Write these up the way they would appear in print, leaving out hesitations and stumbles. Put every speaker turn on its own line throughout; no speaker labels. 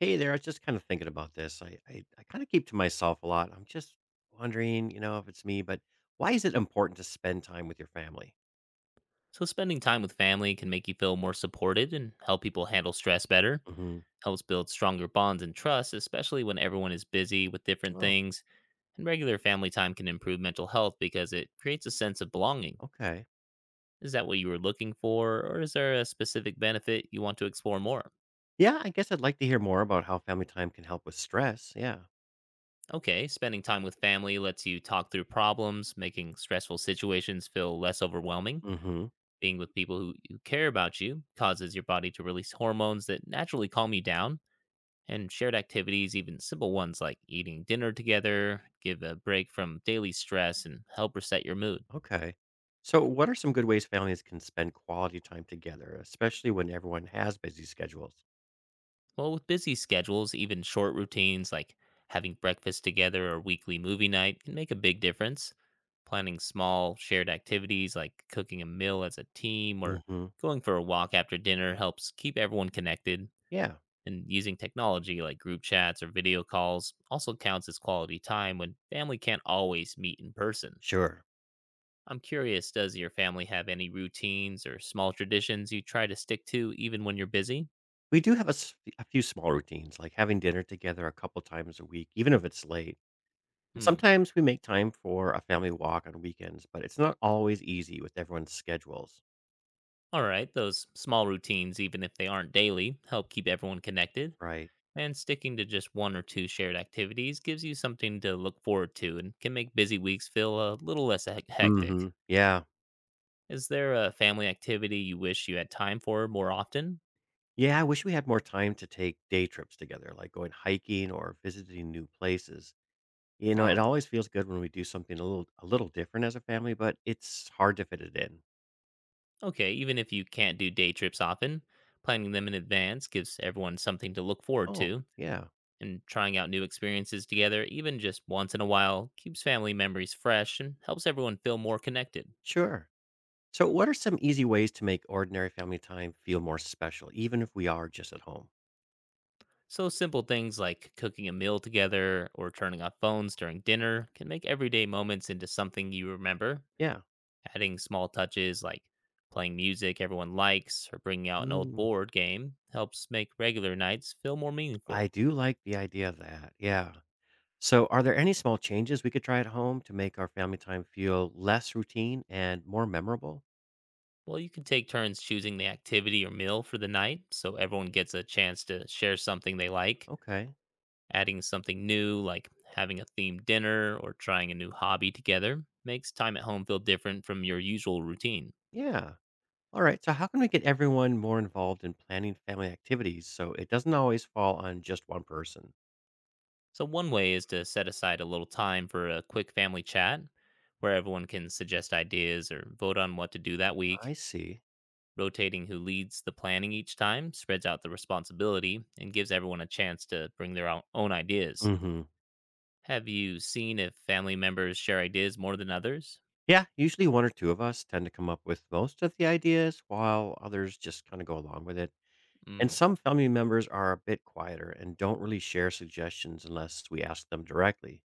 Hey there, I was just kind of thinking about this. I kind of keep to myself a lot. I'm just wondering, you know, if it's me, but why is it important to spend time with your family?
So, spending time with family can make you feel more supported and help people handle stress better.
Hmm.
Helps build stronger bonds and trust, especially when everyone is busy with different
Oh,
things. And regular family time can improve mental health because it creates a sense of belonging.
okay.
Is that what you were looking for, or is there a specific benefit you want to explore more?
Yeah, I guess I'd like to hear more about how family time can help with stress. Yeah.
Okay, spending time with family lets you talk through problems, making stressful situations feel less overwhelming.
hmm
Being with people who care about you causes your body to release hormones that naturally calm you down. And shared activities, even simple ones like eating dinner together, give a break from daily stress and help reset your mood.
Okay. So, what are some good ways families can spend quality time together, especially when everyone has busy schedules?
Well, with busy schedules, even short routines like having breakfast together or weekly movie night can make a big difference. Planning small shared activities like cooking a meal as a team or
Hmm.
going for a walk after dinner helps keep everyone connected.
Yeah,
And using technology like group chats or video calls also counts as quality time when family can't always meet in person.
sure.
I'm curious, does your family have any routines or small traditions you try to stick to even when you're busy?
We do have a, a few small routines, like having dinner together a couple times a week, even if it's late. And
Hmm.
sometimes we make time for a family walk on weekends, but it's not always easy with everyone's schedules,
All right, those small routines, even if they aren't daily, help keep everyone connected.
right?
And sticking to just one or two shared activities gives you something to look forward to and can make busy weeks feel a little less hectic.
Hmm. Yeah.
Is there a family activity you wish you had time for more often?
Yeah, I wish we had more time to take day trips together, like going hiking or visiting new places. You know, it
Huh.
always feels good when we do something a little different as a family, but it's hard to fit it in.
Okay, even if you can't do day trips often, planning them in advance gives everyone something to look forward
Oh,
to,
yeah.
and trying out new experiences together, even just once in a while, keeps family memories fresh and helps everyone feel more connected.
Sure. So what are some easy ways to make ordinary family time feel more special, even if we are just at home?
So, simple things like cooking a meal together or turning off phones during dinner can make everyday moments into something you remember.
Yeah.
Adding small touches like playing music everyone likes or bringing out an old
Mm,
board game helps make regular nights feel more
I
meaningful.
do like the idea of that. Yeah. So, are there any small changes we could try at home to make our family time feel less routine and more memorable?
Well, you can take turns choosing the activity or meal for the night so everyone gets a chance to share something they like.
Okay.
Adding something new, like having a themed dinner or trying a new hobby together, makes time at home feel different from your usual routine.
Yeah. All right. So, how can we get everyone more involved in planning family activities so it doesn't always fall on just one person?
So, one way is to set aside a little time for a quick family chat where everyone can suggest ideas or vote on what to do that
I
week.
see.
Rotating who leads the planning each time spreads out the responsibility and gives everyone a chance to bring their own ideas.
Hmm.
Have you seen if family members share ideas more than others?
Yeah. Usually, one or two of us tend to come up with most of the ideas while others just kind of go along with it. And
Mm.
some family members are a bit quieter and don't really share suggestions unless we ask them directly.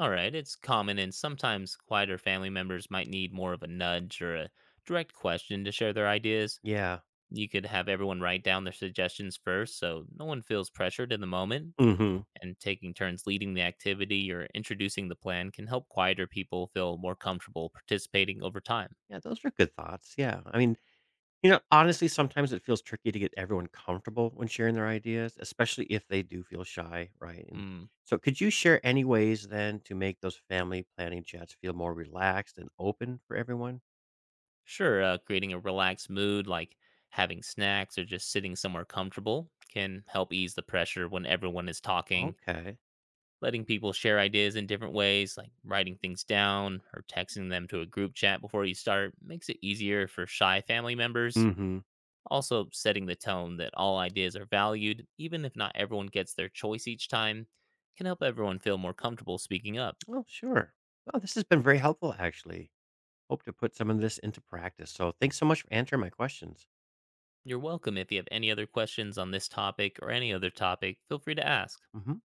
All right, it's common, and sometimes quieter family members might need more of a nudge or a direct question to share their ideas.
Yeah.
You could have everyone write down their suggestions first so no one feels pressured in the moment,
hmm
and taking turns leading the activity or introducing the plan can help quieter people feel more comfortable participating over time.
yeah, those are good thoughts. Yeah. I mean, you know, honestly, sometimes it feels tricky to get everyone comfortable when sharing their ideas, especially if they do feel shy, right? And
Mm.
so, could you share any ways then to make those family planning chats feel more relaxed and open for everyone?
Sure, creating a relaxed mood like having snacks or just sitting somewhere comfortable can help ease the pressure when everyone is talking.
Okay.
Letting people share ideas in different ways, like writing things down or texting them to a group chat before you start, makes it easier for shy family members.
Mm-hmm.
Also, setting the tone that all ideas are valued, even if not everyone gets their choice each time, can help everyone feel more comfortable speaking up.
Oh, sure. Well, this has been very helpful, actually. Hope to put some of this into practice. So, thanks so much for answering my questions.
You're welcome. If you have any other questions on this topic or any other topic, feel free to ask.
Mm-hmm.